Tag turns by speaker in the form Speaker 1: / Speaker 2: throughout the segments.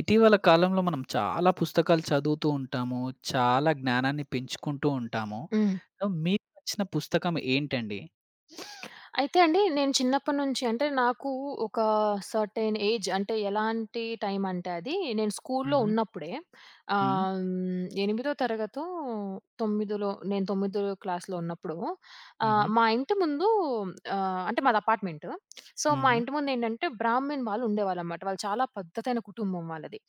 Speaker 1: ఇటీవల కాలంలో మనం చాలా పుస్తకాలు చదువుతూ ఉంటాము. చాలా జ్ఞానాన్ని పెంచుకుంటూ ఉంటాము.
Speaker 2: హ్మ్.
Speaker 1: సో, మీకు నచ్చిన పుస్తకం ఏంటండి?
Speaker 2: అయితే అండి, నేను చిన్నప్పటి నుంచి అంటే నాకు ఒక సర్టెన్ ఏజ్ అంటే ఎలాంటి టైం అంటే అది నేను స్కూల్లో
Speaker 1: హుహు.
Speaker 2: ఉన్నప్పుడే
Speaker 1: హ్మ్.
Speaker 2: 8థో తరగతో, 9లో నేను 9 క్లాస్‌లో ఉన్నప్పుడు
Speaker 1: హుహు.
Speaker 2: మా ఇంటి ముందు అంటే మాది అపార్ట్‌మెంట్. సో, మా
Speaker 1: హుహు.
Speaker 2: ఇంటి ముందు ఏంటంటే బ్రాహ్మిన్ వాళ్ళు ఉండేవాళ్ళన్నమాట. వాళ్ళు చాలా పద్ధతైన కుటుంబం వాళ్ళది.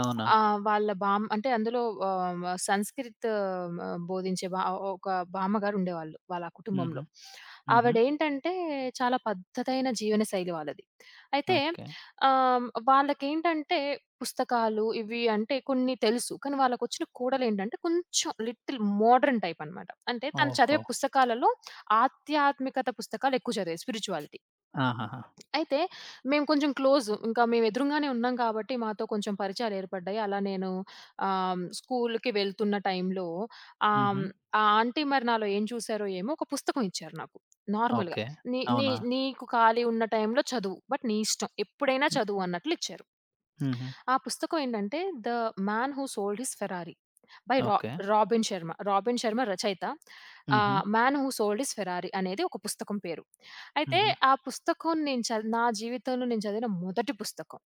Speaker 1: అవునా?
Speaker 2: ఆ! వాళ్ళ బామ్ అంటే అందులో ఆహ్, సంస్కృత్ ఆహ్, బోధించే బా ఒక బామ్మగారు ఉండేవాళ్ళు వాళ్ళ
Speaker 1: హుహు.
Speaker 2: కుటుంబంలో.
Speaker 1: హుహు.
Speaker 2: ఆవిడేంటంటే చాలా పద్ధతైన జీవనశైలి వాళ్ళది. అయితే
Speaker 1: ఓకే.
Speaker 2: వాళ్ళకేంటంటే పుస్తకాలు ఇవి అంటే కొన్ని తెలుసు. కానీ వాళ్ళకొచ్చిన కోడలేంటంటే కొంచెం లిటిల్ మోడర్న్ టైప్ అనమాట. అంటే తను
Speaker 1: ఓహో!
Speaker 2: చదివే పుస్తకాలలో ఆధ్యాత్మికత పుస్తకాలు ఎక్కువ చదివేది, స్పిరిచువాలిటీ.
Speaker 1: ఆహాహా!
Speaker 2: అయితే మేము కొంచెం క్లోజు. ఇంకా మేము ఎదురుంగానే ఉన్నాం కాబట్టి మాతో కొంచెం పరిచయాలేర్పడ్డాయి. అలా నేను స్కూలుకి వెళ్తున్న టైంలో
Speaker 1: హుహు.
Speaker 2: ఆహ్, ఆ ఆంటీ మరి నాలో ఏం చూసారో ఏమో ఒక పుస్తకం ఇచ్చారు నాకు. నార్మల్‌గా.
Speaker 1: ఓకే.
Speaker 2: నీ నీ
Speaker 1: అవునా?
Speaker 2: నీకు ఖాళీ ఉన్న టైంలో చదువు. బట్ నీ ఇష్టం. ఎప్పుడైనా
Speaker 1: హ్మ్.
Speaker 2: చదువు అన్నట్లు ఇచ్చారు.
Speaker 1: హుహు.
Speaker 2: ఆ పుస్తకం ఏంటంటే 'the man who sold his Ferrari.' By రా
Speaker 1: okay.
Speaker 2: 'Robin Sharma'. 'Robin Sharma' రచయిత.
Speaker 1: హుహు.
Speaker 2: 'Man who sold his Ferrari' అనేది ఒక పుస్తకం పేరు. అయితే
Speaker 1: హుహు.
Speaker 2: ఆ పుస్తకం నేను చది నా జీవితంలో నేను చదివిన మొదటి పుస్తకం.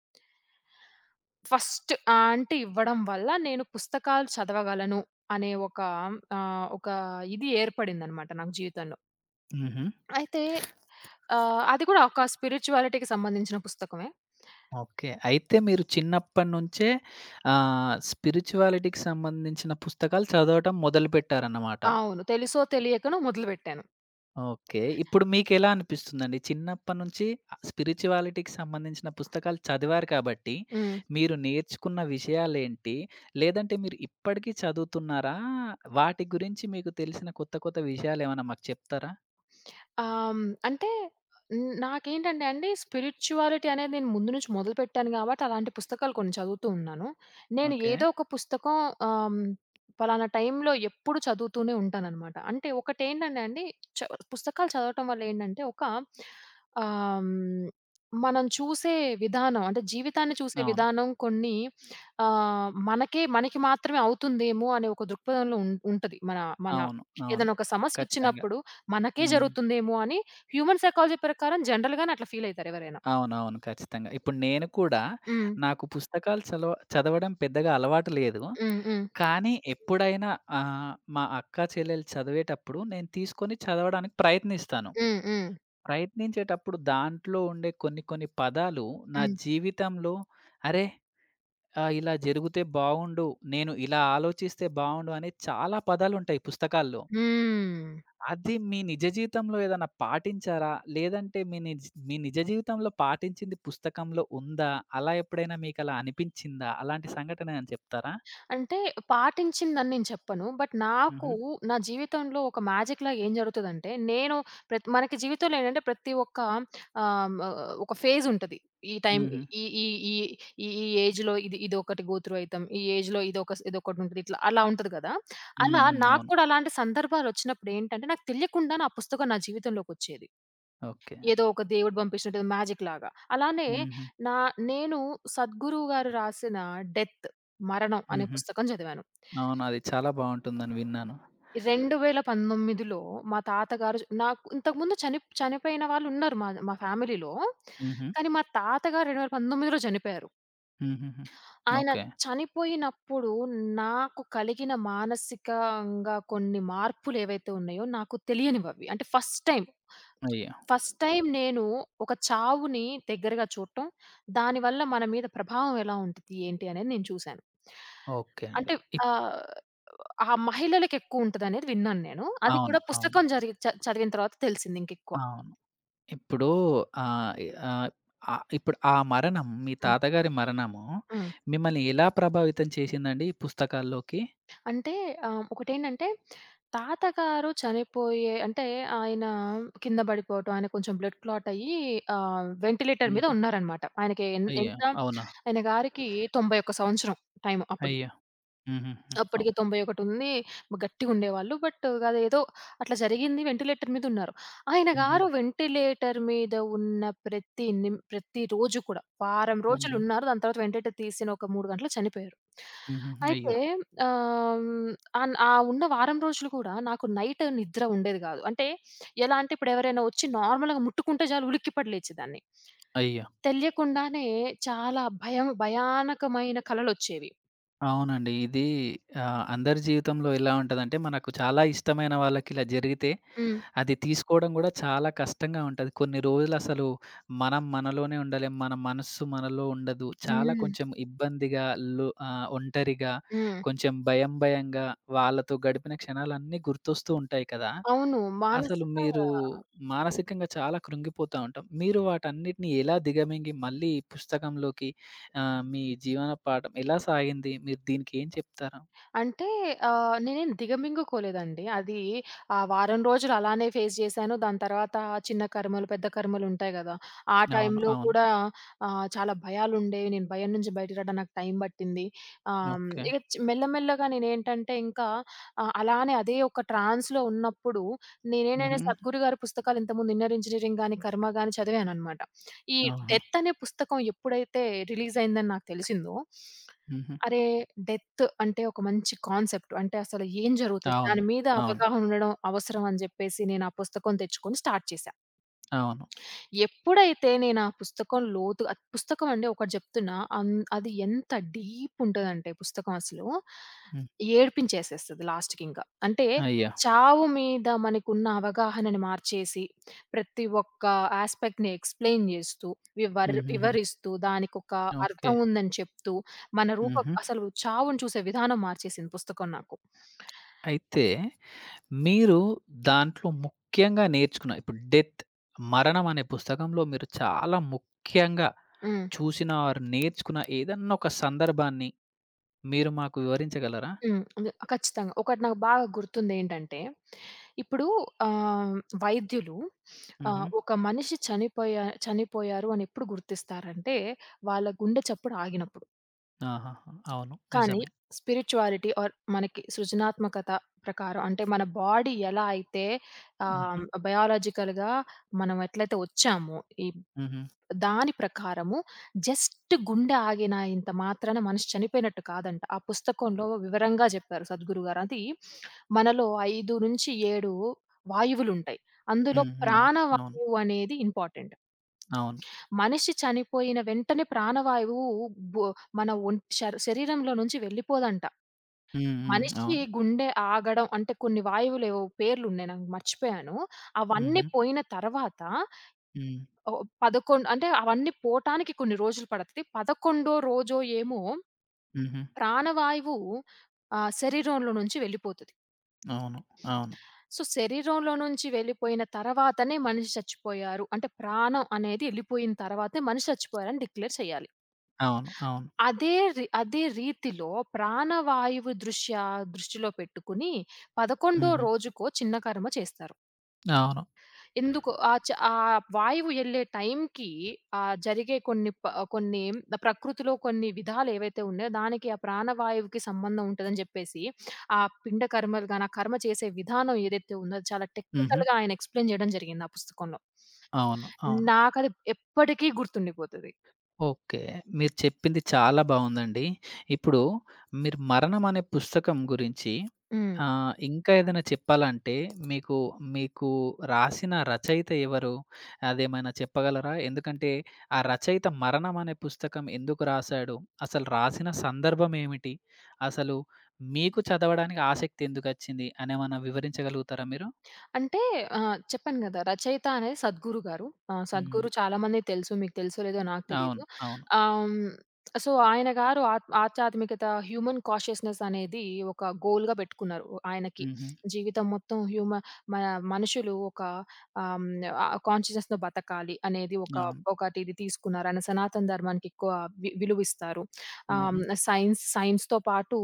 Speaker 2: ఫస్ట్ ఆ ఆంటీ ఇవ్వడం వల్ల నేను పుస్తకాలు చదవగలను అనే ఒక ఒక ఇది ఏర్పడిందనమాట నాకు జీవితంలో.
Speaker 1: హుహు.
Speaker 2: అయితే అది కూడా ఒక స్పిరిచ్యువాలిటీకి సంబంధించిన పుస్తకమే.
Speaker 1: ఓకే. అయితే మీరు చిన్నప్పటినుంచే స్పిరిచువాలిటీకి సంబంధించిన పుస్తకాలు చదవటం మొదలుపెట్టారన్నమాట.
Speaker 2: అవును, తెలుసో తెలియకనో మొదలుపెట్టాను.
Speaker 1: ఓకే. ఇప్పుడు మీకెలా అనిపిస్తుందండి? చిన్నప్పటినుంచి స్పిరిచువాలిటీకి సంబంధించిన పుస్తకాలు చదివారు కాబట్టి,
Speaker 2: హ్మ్.
Speaker 1: మీరు నేర్చుకున్న విషయాలేంటి? లేదంటే మీరు ఇప్పటికీ చదువుతున్నారా? వాటి గురించి మీకు తెలిసిన కొత్త కొత్త విషయాలేమన్నా మాకు చెప్తారా?
Speaker 2: ఆహ్, హ్మ్. అంటే నాకేంటంటే అండి, స్పిరిచ్యువాలిటీ అనేది నేను ముందు నుంచి మొదలుపెట్టాను గాబట్టి, అలాంటి పుస్తకాలు కొన్ని చదువుతూ ఉన్నాను. నేను
Speaker 1: ఓకే.
Speaker 2: ఏదో ఒక పుస్తకం ఆహ్, హ్మ్. పలానా టైంలో ఎప్పుడు చదువుతూనే ఉంటాననమాట. అంటే ఒకటేంటంటే అండి, చ పుస్తకాలు చదవటం వల్ల ఏంటంటే ఒక ఆహ్, హ్మ్. మనం చూసే విధానం అంటే జీవితాన్ని చూసే
Speaker 1: అవును.
Speaker 2: విధానం కొన్ని మనకే, మనకి మాత్రమే అవుతుందేమో అనే ఒక దృక్పథంలో ఉంటది. మన మన
Speaker 1: అవును. అవును.
Speaker 2: ఏదైనా ఒక
Speaker 1: ఖచ్చితంగా.
Speaker 2: సమస్యొచ్చినప్పుడు మనకే
Speaker 1: హ్మ్.
Speaker 2: జరుగుతుందేమో అని హ్యూమన్ సైకాలజీ ప్రకారం జనరల్‌గానే అట్లా ఫీల్ అయితారు ఎవరైనా.
Speaker 1: అవునవును. ఖచ్చితంగా. ఇప్పుడు నేను కూడా
Speaker 2: హ్మ్.
Speaker 1: నాకు పుస్తకాలు చదవడం పెద్దగా అలవాటు లేదు.
Speaker 2: హ్మ్. హ్మ్.
Speaker 1: కానీ ఎప్పుడైనా మా అక్క, చెల్లెలు చదివేటప్పుడు నేను తీసుకొని చదవడానికి ప్రయత్నిస్తాను.
Speaker 2: హ్మ్. హ్మ్.
Speaker 1: ప్రయత్నించేటప్పుడు దాంట్లో ఉండే కొన్ని కొన్ని పదాలు నా
Speaker 2: హ్మ్.
Speaker 1: జీవితంలో అరే! ఇలా జరిగితే బావుండు. నేను ఇలా ఆలోచిస్తే బావుండు అనే చాలా పదాలుంటాయి పుస్తకాల్లో.
Speaker 2: హ్మ్.
Speaker 1: అది మీ నిజ జీవితంలో ఏదైనా పాటించారా? లేదంటే మీ నిజ జీవితంలో పాటించింది పుస్తకంలో ఉందా? అలా ఎప్పుడైనా మీకలా అనిపించిందా? అలాంటి సంఘటన ఏమైనా చెప్తారా?
Speaker 2: అంటే పాటించిందని నేను చెప్పను. బట్ నాకు
Speaker 1: హుహు.
Speaker 2: నా జీవితంలో ఒక మ్యాజిక్‌లా ఏం జరుగుతదంటే, నేను ప్రత్ మనకి జీవితంలో ఏంటంటే ప్రతి ఒక్క ఆహ్, ఒక ఫేజ్ ఉంటది. ఈ టైమ్
Speaker 1: హుహు.
Speaker 2: ఈ ఈ ఈ ఈ ఈ ఏజ్‌లో ఇదొకటి గో త్రూ అయితాం. ఈ ఏజ్‌లో ఇదొకటి ఉంటది. ఇట్లా అలా ఉంటది కదా!
Speaker 1: హ్మ్.
Speaker 2: అలా
Speaker 1: హ్మ్.
Speaker 2: నాకు
Speaker 1: అవును.
Speaker 2: కూడా అలాంటి సందర్భాలొచ్చినప్పుడు ఏంటంటే, నాకు తెలియకుండా నా పుస్తకం నా జీవితంలోకొచ్చేది.
Speaker 1: ఓకే.
Speaker 2: ఏదో ఒక దేవుడు పంపించినట్టు, ఏదో మ్యాజిక్‌లాగా. అలానే
Speaker 1: హుహు.
Speaker 2: నా నేను సద్గురువు గారు రాసిన 'డెత్', మరణం అనే
Speaker 1: హుహు.
Speaker 2: పుస్తకం చదివాను.
Speaker 1: అవును. అది చాలా బావుంటుందని విన్నాను.
Speaker 2: 2019లో మా తాతగారు, నాకు ఇంతకుముందు చనిపోయిన వాళ్ళున్నారు మా మా ఫ్యామిలీలో.
Speaker 1: హుహు.
Speaker 2: కానీ మా తాతగారు 2019లో చనిపోయారు.
Speaker 1: హుహుహు.
Speaker 2: ఆయన
Speaker 1: ఓకే.
Speaker 2: చనిపోయినప్పుడు నాకు కలిగిన మానసికంగా కొన్ని మార్పులేవైతే ఉన్నాయో నాకు తెలియనివవి. అంటే ఫస్ట్ టైమ్.
Speaker 1: అయ్యో!
Speaker 2: ఫస్ట్ టైమ్ నేను ఒక చావుని దగ్గరగా చూడటం, దానివల్ల మన మీద ప్రభావం ఎలా ఉంటది, ఏంటి అనేది నేను చూసాను.
Speaker 1: ఓకే అండి.
Speaker 2: అంటే
Speaker 1: ఇప్
Speaker 2: ఆహ్, ఆ మహిళలకెక్కువుంటదనేది విన్నాను నేను. అది
Speaker 1: అవును.
Speaker 2: కూడా
Speaker 1: అవును.
Speaker 2: పుస్తకం జరిగి చ చదివిన తర్వాత తెలిసింది ఇంకెక్కువ.
Speaker 1: అవును. ఇప్పుడు ఆహ్, ఎ ఆహ్, ఇప్పుడు ఆ మరణం మీ
Speaker 2: హ్మ్.
Speaker 1: తాతగారి మరణము
Speaker 2: హ్మ్.
Speaker 1: మిమ్మల్ని ఎలా ప్రభావితం చేసిందండి ఈ పుస్తకాల్లోకి?
Speaker 2: అంటే ఒకటేంటంటే, తాతగారు చనిపోయే అంటే ఆయన కింద పడిపోవటం, ఆయన కొంచెం బ్లడ్ క్లాట్ అయ్యి వెంటిలేటర్ మీద
Speaker 1: హుహు.
Speaker 2: ఉన్నారనమాట. ఆయనకి ఎన్
Speaker 1: అయ్యో!
Speaker 2: ఎంత
Speaker 1: అవునా?
Speaker 2: ఆయన గారికి 91 సంవత్సరం టైం అప్పుడు.
Speaker 1: అయ్యో! హుహుహు.
Speaker 2: అప్పటికి 91 ఉంది. గట్టిగుండేవాళ్ళు. బట్ అదేదో అట్లా జరిగింది. వెంటిలేటర్ మీద ఉన్నారు. ఆయన
Speaker 1: హుహు.
Speaker 2: గారు వెంటిలేటర్ మీద ఉన్న ప్రతిరోజు కూడా, వారం
Speaker 1: హుహు.
Speaker 2: రోజులున్నారు. దాని తర్వాత వెంటిలేటర్ తీసిన ఒక 3 గంటలకు చనిపోయారు.
Speaker 1: హుహు.
Speaker 2: అయితే
Speaker 1: అయ్యో!
Speaker 2: ఆహ్, అన్ ఆ ఉన్న వారం రోజులు కూడా నాకు నిద్ర ఉండేది గాదు. అంటే ఎలా అంటే, ఇప్పుడు ఎవరైనా వచ్చి నార్మల్‌గా ముట్టుకుంటే చాలు, ఉలిక్కిపడి లేచేదాన్ని.
Speaker 1: అయ్యో!
Speaker 2: తెలియకుండానే చాలా భయానకమైన కలలొచ్చేవి.
Speaker 1: అవునండి. ఇది అందరి జీవితంలో ఎలా ఉంటదంటే, మనకు చాలా ఇష్టమైన వాళ్ళకి ఇలా జరిగితే,
Speaker 2: హ్మ్.
Speaker 1: అది తీసుకోవడం గూడా చాలా కష్టంగా ఉంటది. కొన్ని రోజులసలు మనం మనలోనే ఉండలేం. మన మనస్సు మనలో ఉండదు. చాలా
Speaker 2: హ్మ్.
Speaker 1: కొంచెం ఇబ్బందిగా, ఒంటరిగా,
Speaker 2: హ్మ్.
Speaker 1: కొంచెం భయం భయంగా వాళ్ళతో గడిపిన క్షణాలన్నీ గుర్తొస్తూ ఉంటాయి కదా!
Speaker 2: అవును.
Speaker 1: అసలు
Speaker 2: మానసిక
Speaker 1: మీరు మానసికంగా చాలా కృంగిపోతా ఉంటాం. మీరు వాటన్నిటిని ఎలా దిగమింగి మళ్ళీ పుస్తకంలోకి మీ జీవన పాఠం ఎలా సాగింది? మీరు దీనికి ఏం చెప్తారు?
Speaker 2: అంటే నేనేం దిగమింగుకోలేదండి. అది ఆ వారం రోజులు అలానే ఫేస్ చేశాను. దాని తర్వాత చిన్న కర్మలు, పెద్ద కర్మలుంటాయి గదా! ఆ
Speaker 1: అవును.
Speaker 2: టైంలో
Speaker 1: అవును.
Speaker 2: కూడా చాలా భయాలుండేవి. నేను భయం నుంచి బయటికి రావడానికి నాకు టైం పట్టింది. ఆహ్, హ్మ్,
Speaker 1: ఓకే.
Speaker 2: ఇక చ్ మెల్లమెల్లగా నేనేంటంటే ఇంకా అలానే అదే ఒక ట్రాన్స్‌లో ఉన్నప్పుడు
Speaker 1: హుహు.
Speaker 2: సద్గురు గారి పుస్తకాలు ఇంతకుముందు 'ఇన్నర్ ఇంజినీరింగ్' గాని, 'కర్మ' గాని చదివాననమాట. ఈ
Speaker 1: ఆహా!
Speaker 2: డెత్ అనే పుస్తకం ఎప్పుడైతే రిలీజ్ అయిందని నాకు తెలిసిందో,
Speaker 1: హుహు.
Speaker 2: అరే! డెత్ అంటే ఒక మంచి కాన్సెప్ట్. అంటే అసలు ఏం జరుగుతది?
Speaker 1: అవును.
Speaker 2: దాని మీద
Speaker 1: అవును.
Speaker 2: అవగాహన ఉండడం అవసరం అని జెప్పేసి నేను ఆ పుస్తకం తెచ్చుకొని స్టార్ట్ చేశా.
Speaker 1: అవును.
Speaker 2: ఎప్పుడైతే నేను ఆ పుస్తకం లోతు, అది పుస్తకం అండి ఒకటి చెప్తున్నా. అది ఎంత డీప్ ఉంటదంటే పుస్తకం అసలు,
Speaker 1: హ్మ్.
Speaker 2: ఏడిపించేసేస్తది లాస్ట్‌కింకా. అంటే
Speaker 1: అయ్యో!
Speaker 2: చావు మీద మనకున్న అవగాహనని మార్చేసి, ప్రతి ఒక్క యాస్పెక్ట్‌ని ఎక్స్‌ప్లెయిన్ చేస్తూ,
Speaker 1: హుహుహు.
Speaker 2: వివరిస్తూ, దానికొక
Speaker 1: ఓకే.
Speaker 2: అర్థం ఉందని చెప్తూ, మన రూప
Speaker 1: హుహు.
Speaker 2: అసలు చావుని చూసే విధానం మార్చేసింది పుస్తకం నాకు.
Speaker 1: అయితే మీరు దాంట్లో ముఖ్యంగా నేర్చుకున్న ఇప్పుడు 'డెత్' 'మరణం' అనే పుస్తకంలో మీరు చాలా ముఖ్యంగా
Speaker 2: హ్మ్.
Speaker 1: చూసిన ఆర్ నేర్చుకున్న ఏదన్నా ఒక సందర్భాన్ని మీరు మాకు వివరించగలరా?
Speaker 2: హ్మ్. అది ఖచ్చితంగా. ఒకటి నాకు బాగా గుర్తుందేంటంటే, ఇప్పుడు ఆహ్, వైద్యులు
Speaker 1: హుహు.
Speaker 2: ఒక మనిషి చనిపోయారు అని ఎప్పుడు గుర్తిస్తారంటే, వాళ్ళ గుండె చప్పుడు ఆగినప్పుడు.
Speaker 1: ఆహాహా! అవును.
Speaker 2: కానీ
Speaker 1: నిజమే.
Speaker 2: స్పిరిచ్యువాలిటీ ఆర్ మనకి సృజనాత్మకత ప్రకారం అంటే మన బాడీ ఎలా అయితే
Speaker 1: హుహు.
Speaker 2: బయాలజికల్‌గా మనం ఎట్లయితే వచ్చామో, ఈ
Speaker 1: హుహు.
Speaker 2: దాని ప్రకారము జస్ట్ గుండె ఆగినంత మాత్రాన మనిషి చనిపోయినట్టు కాదంట. ఆ పుస్తకంలో వివరంగా చెప్పారు సద్గురు గారు. అది మనలో 5-7 వాయువులుంటాయి. అందులో
Speaker 1: హ్మ్. హ్మ్. అవును.
Speaker 2: ప్రాణవాయువు అనేది ఇంపార్టెంట్.
Speaker 1: అవును.
Speaker 2: మనిషి చనిపోయిన వెంటనే ప్రాణవాయువు బొ మన ఒంట్ శర్ శరీరంలో నుంచి వెళ్ళిపోదంట.
Speaker 1: హ్మ్. హ్మ్.
Speaker 2: మనిషి
Speaker 1: అవును.
Speaker 2: గుండె ఆగడం అంటే కొన్ని వాయువులేవో పేర్లున్నాయి, నాకు మర్చిపోయాను. అవన్నీ
Speaker 1: హుహు.
Speaker 2: పోయిన తర్వాత
Speaker 1: హ్మ్.
Speaker 2: 11 అంటే అవన్నీ పోటానికి కొన్ని రోజులు పడతది. 11 రోజో ఏమో
Speaker 1: హుహు.
Speaker 2: ప్రాణవాయువు శరీరంలో నుంచి వెళ్ళిపోతది.
Speaker 1: అవును. అవును.
Speaker 2: సో, శరీరంలో నుంచి వెళ్ళిపోయిన తర్వాతనే మనిషి చచ్చిపోయారు. అంటే ప్రాణం అనేది ఎళ్ళిపోయిన తర్వాతే మనిషి చచ్చిపోయారని డిక్లేర్ చేయాలి.
Speaker 1: అవును. అవును.
Speaker 2: అదే రీతిలో ప్రాణవాయువు దృష్టిలో పెట్టుకుని 11
Speaker 1: హుహు.
Speaker 2: రోజుకో చిన్న కర్మ చేస్తారు.
Speaker 1: అవును.
Speaker 2: ఎందుకు ఆ చ ఆ వాయువు ఎళ్ళే టైంకి జరిగే కొన్ని ప్రకృతిలో కొన్ని విధాలు ఏవైతే ఉన్నాయో, దానికి ఆ ప్రాణవాయువుకి సంబంధం ఉంటదని జెప్పేసి, ఆ పిండ కర్మలు గాని, ఆ కర్మ చేసే విధానం ఏదైతే ఉందో, అది చాలా
Speaker 1: హుహు.
Speaker 2: టెక్నికల్‌గా ఆయన ఎక్స్‌ప్లెయిన్ జేయడం జరిగింది ఆ పుస్తకంలో.
Speaker 1: అవును. అవును.
Speaker 2: నాకది ఎప్పటికీ గుర్తుండిపోతది.
Speaker 1: ఓకే. మీరు చెప్పింది చాలా బావుందండి. ఇప్పుడు మీరు 'మరణం' అనే పుస్తకం గురించి
Speaker 2: హ్మ్.
Speaker 1: ఇంకా ఏదైనా చెప్పాలంటే మీకు, మీకు రాసిన రచయిత ఎవరు? అదేమైనా చెప్పగలరా? ఎందుకంటే ఆ రచయిత 'మరణం' అనే పుస్తకం ఎందుకు రాసాడు? అసలు రాసిన సందర్భం ఏమిటి? అసలు మీకు చదవడానికి ఆసక్తి ఎందుకొచ్చింది అనేమన్నా వివరించగలుగుతారా మీరు?
Speaker 2: అంటే చెప్పాను గదా! రచయిత అనేది సద్గురు గారు. ఆహ్, హ్మ్.
Speaker 1: హ్మ్.
Speaker 2: సద్గురు చాలామందికి తెలుసు. మీకు తెలుసో లేదో నాకు
Speaker 1: అవును.
Speaker 2: తెలీదు.
Speaker 1: అవును.
Speaker 2: ఆహ్, హ్మ్. సో, ఆయన గారు ఆధ్యాత్మికత హ్యూమన్ కాన్షియస్‌నెస్ అనేది ఒక గోల్‌గా పెట్టుకున్నారు ఆయనకి.
Speaker 1: హుహు.
Speaker 2: జీవితం మొత్తం హ్యూమ మ మనుషులు ఒక ఆహ్, హ్మ్. కాన్షియస్‌నెస్‌తో బతకాలి అనేది ఒక
Speaker 1: అవును.
Speaker 2: ఒకటి ఇది తీసుకున్నారు. ఆయన సనాతన ధర్మానికి ఎక్కువ విలువిస్తారు. ఆహ్,
Speaker 1: హుహు.
Speaker 2: హ్మ్. సైన్స్‌తో పాటు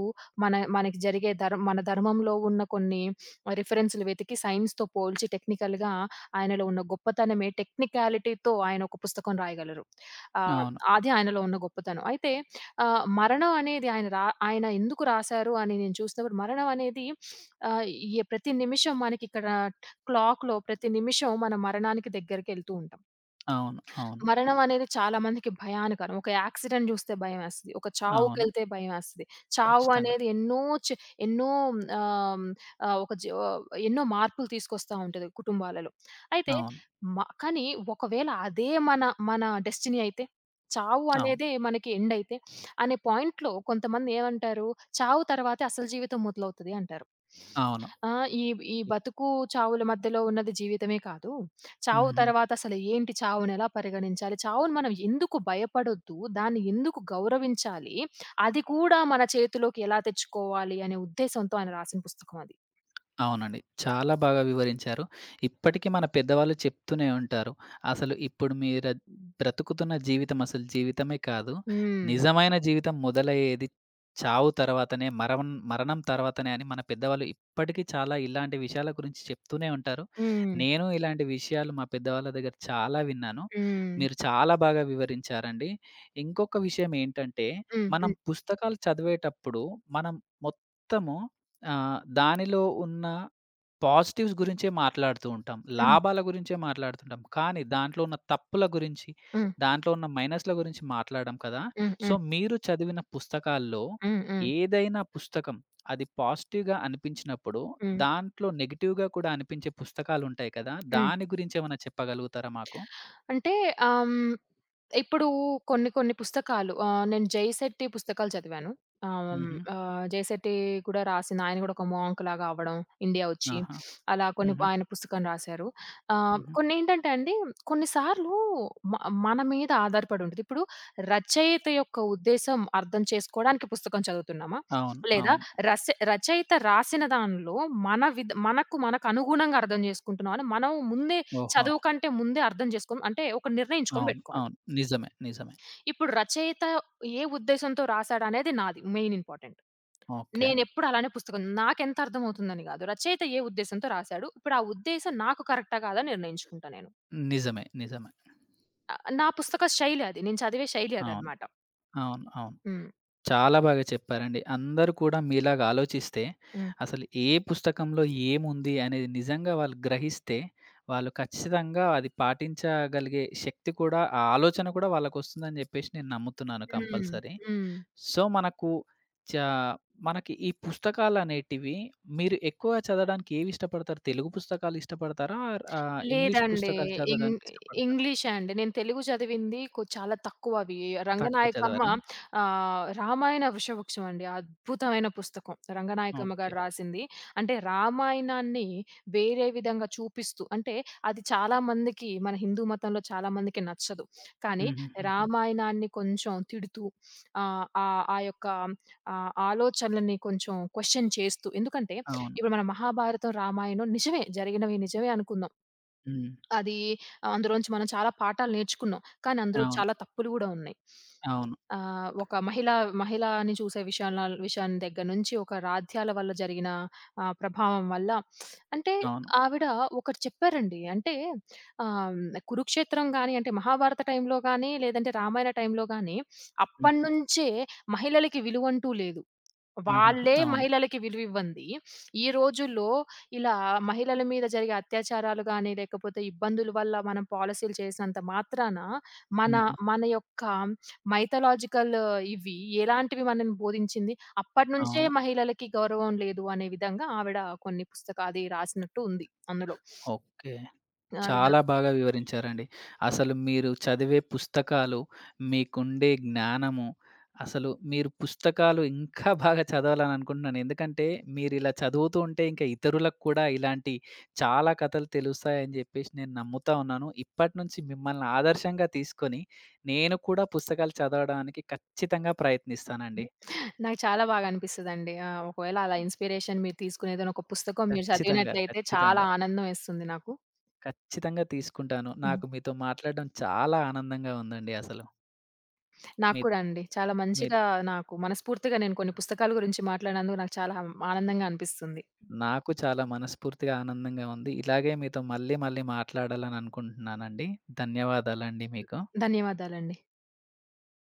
Speaker 2: మన ధర్మంలో ఉన్న కొన్ని రిఫరెన్స్‌లు వెతికి సైన్స్‌తో పోల్చి టెక్నికల్‌గా ఆయనలో ఉన్న గొప్పతనమే, టెక్నికాలిటీతో ఆయన ఒక పుస్తకం రాయగలరు. ఆహ్,
Speaker 1: అవును.
Speaker 2: అది ఆయనలో ఉన్న గొప్పతనం. అయితే మరణం అనేది ఆయన ఎందుకు రాసారు అని నేను చూసినప్పుడు, మరణం అనేది ఆహ్, ఎ ప్రతి నిమిషం మనకిక్కడ క్లాక్‌లో, ప్రతి నిమిషం మన మరణానికి దగ్గరికెళ్తూ ఉంటాం.
Speaker 1: అవును. అవును.
Speaker 2: మరణం అనేది చాలా మందికి భయానకరం. ఒక యాక్సిడెంట్ జూస్తే భయమేస్తది. ఒక
Speaker 1: అవును.
Speaker 2: చావుకెళ్తే భయమేస్తది. చావు
Speaker 1: ఖచ్చితంగా.
Speaker 2: అనేది చే ఎన్నో ఆహ్, హ్మ్, ఆహ్, ఒక జీ ఆహ్, ఎన్నో మార్పులు తీసుకొస్తా ఉంటది కుటుంబాలలో. అయితే
Speaker 1: అవును.
Speaker 2: మ కానీ ఒకవేళ అదే మన మన డెస్టినీ అయితే, చావు
Speaker 1: అవును.
Speaker 2: అనేదే మనకి ఎండ్ అయితే, అనే పాయింట్‌లో కొంతమంది ఏమంటారు, చావు తర్వాతే అసలు జీవితం మొదలవుతది అంటారు.
Speaker 1: అవును.
Speaker 2: ఆ! ఈ ఈ
Speaker 1: ఇప్
Speaker 2: బతుకు చావుల మధ్యలో ఉన్నది జీవితమే కాదు. చావు
Speaker 1: హుహు.
Speaker 2: తర్వాత అసలు ఏంటి? చావుని ఎలా పరిగణించాలి? చావుని మనం ఎందుకు భయపడొద్దు? దాన్ని ఎందుకు గౌరవించాలి? అది కూడా మన చేతిలోకి ఎలా తెచ్చుకోవాలి అనే ఉద్దేశంతో ఆయన రాసిన పుస్తకం అది.
Speaker 1: అవునండి. చాలా బాగా వివరించారు. ఇప్పటికి మన పెద్దవాళ్ళు చెప్తూనే ఉంటారు. అసలు ఇప్పుడు బ్రతుకుతున్న జీవితం అసలు జీవితమే కాదు.
Speaker 2: హ్మ్.
Speaker 1: నిజమైన జీవితం మొదలయ్యేది చావు తర్వాతనే, మరణం తర్వాతనే అని మన పెద్దవాళ్ళు ఇప్పటికీ చాలా ఇలాంటి విషయాల గురించి చెప్తూనే ఉంటారు.
Speaker 2: హ్మ్.
Speaker 1: నేను ఇలాంటి విషయాలు మా పెద్దవాళ్ళ దగ్గర చాలా విన్నాను.
Speaker 2: హ్మ్.
Speaker 1: మీరు చాలా బాగా వివరించారండి. ఇంకొక విషయం ఏంటంటే,
Speaker 2: హ్మ్.
Speaker 1: మనం
Speaker 2: హ్మ్.
Speaker 1: పుస్తకాలు చదివేటప్పుడు మనం మొత్తము దానిలో ఉన్న పాజిటివ్స్ గురించే మాట్లాడుతూ ఉంటాం.
Speaker 2: హ్మ్.
Speaker 1: లాభాల గురించే మాట్లాడుతుంటాం. కానీ దాంట్లో ఉన్న తప్పుల గురించి,
Speaker 2: హ్మ్.
Speaker 1: దాంట్లో ఉన్న మైనస్‌ల గురించి మాట్లాడం కదా!
Speaker 2: హ్మ్.
Speaker 1: సో,
Speaker 2: హ్మ్.
Speaker 1: మీరు చదివిన పుస్తకాల్లో
Speaker 2: హ్మ్. హ్మ్.
Speaker 1: ఏదైనా పుస్తకం అది పాజిటివ్‌గా అనిపించినప్పుడు,
Speaker 2: హ్మ్.
Speaker 1: దాంట్లో నెగెటివ్‌గా కూడా అనిపించే పుస్తకాలుంటాయి కదా!
Speaker 2: హ్మ్.
Speaker 1: దాని గురించి ఏమైనా చెప్పగలుగుతారా మాకు?
Speaker 2: అంటే ఆహ్, హ్మ్, ఇప్పుడు కొన్ని కొన్ని పుస్తకాలు, నేను 'జయశెట్టి' పుస్తకాలు చదివాను.
Speaker 1: హుహు.
Speaker 2: 'జయశెట్టి' కూడా రాసిన, ఆయన కూడా ఒక మాంక్ లాగా అవ్వడం, ఇండియా వచ్చి,
Speaker 1: ఆహా!
Speaker 2: అలా కొన్ని
Speaker 1: హుహు.
Speaker 2: ఆయన పుస్తకం రాశారు.
Speaker 1: హుహు.
Speaker 2: కొన్నేంటంటే అండి, కొన్ని సార్లు మ మన మీద ఆధారపడి ఉంటది. ఇప్పుడు రచయిత యొక్క ఉద్దేశ్యం అర్థం చేసుకోవడానికి పుస్తకం చదువుతున్నామా?
Speaker 1: అవును.
Speaker 2: లేదా
Speaker 1: అవును.
Speaker 2: రచయిత రాసిన దానిలో మన విద్ మనకు మనకు అనుగుణంగా అర్థం చేసుకుంటున్నామని మనం ముందే,
Speaker 1: ఓహో!
Speaker 2: చదువు కంటే ముందే అర్థం చేసుకోని అంటే ఒక నిర్ణయించుకొని
Speaker 1: అవును.
Speaker 2: పెట్టుకోవాలి.
Speaker 1: అవును. నిజమే. నిజమే.
Speaker 2: ఇప్పుడు రచయిత ఏ ఉద్దేశంతో రాసాడనేది నాది మెయిన్ ఇంపార్టెంట్.
Speaker 1: ఓకే.
Speaker 2: నేనెప్పుడు అలానే, పుస్తకం నాకెంత అర్థమవుతుందని గాదు, రచయిత ఏ ఉద్దేశంతో రాసాడు? ఇప్పుడు ఆ ఉద్దేశం నాకు కరెక్టా? కాదా? నిర్ణయించుకుంటా నేను.
Speaker 1: నిజమే. నిజమే.
Speaker 2: నా పుస్తక శైలి అది. నేను చదివే శైలి
Speaker 1: అవును.
Speaker 2: అదనమాట.
Speaker 1: అవును. అవును.
Speaker 2: హ్మ్.
Speaker 1: చాలా బాగా చెప్పారండి. అందరూ కూడా మీలాగా ఆలోచిస్తే,
Speaker 2: హ్మ్.
Speaker 1: అసలు ఏ పుస్తకంలో ఏముంది అనేది నిజంగా వాళ్ళు గ్రహిస్తే, వాళ్ళు ఖచ్చితంగా అది పాటించగలిగే శక్తి కూడా, ఆ ఆలోచన కూడా వాళ్ళకొస్తుందని జెప్పేసి నేను నమ్ముతున్నాను
Speaker 2: హ్మ్.
Speaker 1: కంపల్సరీ.
Speaker 2: హ్మ్.
Speaker 1: సో, మనకు చా మనకి ఈ పుస్తకాలనేటివి మీరు ఎక్కువ చదవడానికి ఏవి ఇష్టపడతారు? తెలుగు పుస్తకాలు ఇష్టపడతారా? ఆర్ ఇంగ్లీష్
Speaker 2: లేదండి.
Speaker 1: పుస్తకాలు చదవడానికి
Speaker 2: ఇంగ్
Speaker 1: ఇష్టపడతారా?
Speaker 2: ఇంగ్లీషే అండి. నేను తెలుగు చదివింది చాలా తక్కువ అవి.
Speaker 1: తక్కువ
Speaker 2: రంగనాయకమ్మ
Speaker 1: చదవరా?
Speaker 2: రామాయణ వృషవృక్షం అండి. అద్భుతమైన పుస్తకం. రంగనాయకమ్మ
Speaker 1: ఓకే.
Speaker 2: గారు రాసింది. అంటే రామాయణాన్ని వేరే విధంగా చూపిస్తూ అంటే, అది చాలా మందికి, మన హిందూ మతంలో చాలా మందికి నచ్చదు. కానీ
Speaker 1: హుహుహుహు.
Speaker 2: రామాయణాన్ని కొంచెం తిడుతూ, ఆహ్, ఆహ్, ఆ యొక్క ఆలోచనలని కొంచెం క్వెషన్ చేస్తూ, ఎందుకంటే
Speaker 1: అవును.
Speaker 2: ఇప్పుడు మన మహాభారతం, రామాయణం నిజమే జరిగినవి, నిజమే అనుకుందాం.
Speaker 1: హ్మ్.
Speaker 2: అది అందులోంచి మనం చాలా పాఠాలు నేర్చుకున్నాం. కానీ అందులో
Speaker 1: అవును.
Speaker 2: చాలా
Speaker 1: మ్మ్.
Speaker 2: తప్పులు గూడా ఉన్నాయి.
Speaker 1: అవును. అవును.
Speaker 2: ఒక మహిళని చూసే విషయాన్ని దగ్గర నుంచి, ఒక రాధ్యాల వల్ల జరిగిన ప్రభావం వల్ల, అంటే
Speaker 1: అవును.
Speaker 2: ఆవిడ ఒకటి చెప్పారండి. అంటే ఆహ్, కురుక్షేత్రం గాని, అంటే మహాభారత టైంలో గాని, లేదంటే రామాయణ టైంలో గాని,
Speaker 1: హ్మ్.
Speaker 2: అప్పటినుంచే మహిళలకి విలువంటూ లేదు.
Speaker 1: హుహుహు.
Speaker 2: వాళ్ళే
Speaker 1: అవును.
Speaker 2: మహిళలకి విలువివ్వంది. ఈ రోజుల్లో ఇలా మహిళల మీద జరిగే అత్యాచారాలు గాని, లేకపోతే ఇబ్బందుల వల్ల మనం పాలిసీలు చేసినంత మాత్రాన, మన హ్మ్.
Speaker 1: హుహు.
Speaker 2: మన యొక్క మైథలాజికల్ ఇవి ఎలాంటివి మనల్ని బోధించింది. అప్పటినుంచే
Speaker 1: అవును.
Speaker 2: మహిళలకి గౌరవం లేదు అనే విధంగా ఆవిడ కొన్ని పుస్తకాలు అది రాసినట్టు ఉంది అందులో.
Speaker 1: ఓకే.
Speaker 2: ఆవిడ,
Speaker 1: చాలా బాగా వివరించారండి. అసలు మీరు చదివే పుస్తకాలు, మీకుండే జ్ఞానము, అసలు మీరు పుస్తకాలు ఇంకా బాగా చదవాలని అనుకుంటున్నాను. ఎందుకంటే మీరిలా చదువుతూ ఉంటే ఇంకా ఇతరులకు కూడా ఇలాంటి చాలా కథలు తెలుస్తాయని జెప్పేసి నేను నమ్ముతా ఉన్నాను. ఇప్పటి నుంచి మిమ్మల్ని ఆదర్శంగా తీసుకొని నేను కూడా పుస్తకాలు చదవడానికి ఖచ్చితంగా ప్రయత్నిస్తానండి.
Speaker 2: నాకు చాలా బాగా అనిపిస్తదండి. ఆ! ఒకవేళ అలా ఇన్‌స్పిరేషన్ మీరు తీసుకునేదైనా ఒక పుస్తకం మీరు
Speaker 1: ఖచ్చితంగా.
Speaker 2: చదివినట్లయితే చాలా
Speaker 1: ఖచ్చితంగా.
Speaker 2: ఆనందం ఎస్తుంది నాకు.
Speaker 1: ఖచ్చితంగా తీసుకుంటాను. నాకు మీతో మాట్లాడడం చాలా ఆనందంగా ఉందండి అసలు.
Speaker 2: నాకు
Speaker 1: మీ
Speaker 2: కూడా అండి. చాలా
Speaker 1: మీ
Speaker 2: మంచిగా, నాకు మనస్ఫూర్తిగా నేను కొన్ని పుస్తకాల గురించి మాట్లాడినందుకు నాకు చాలా ఆనందంగా అనిపిస్తుంది.
Speaker 1: నాకు చాలా మనస్ఫూర్తిగా ఆనందంగా ఉంది. ఇలాగే మీతో మళ్ళీ, మళ్ళీ మాట్లాడాలని అనుకుంటున్నానండి. ధన్యవాదాలండి మీకు.
Speaker 2: ధన్యవాదాలండి.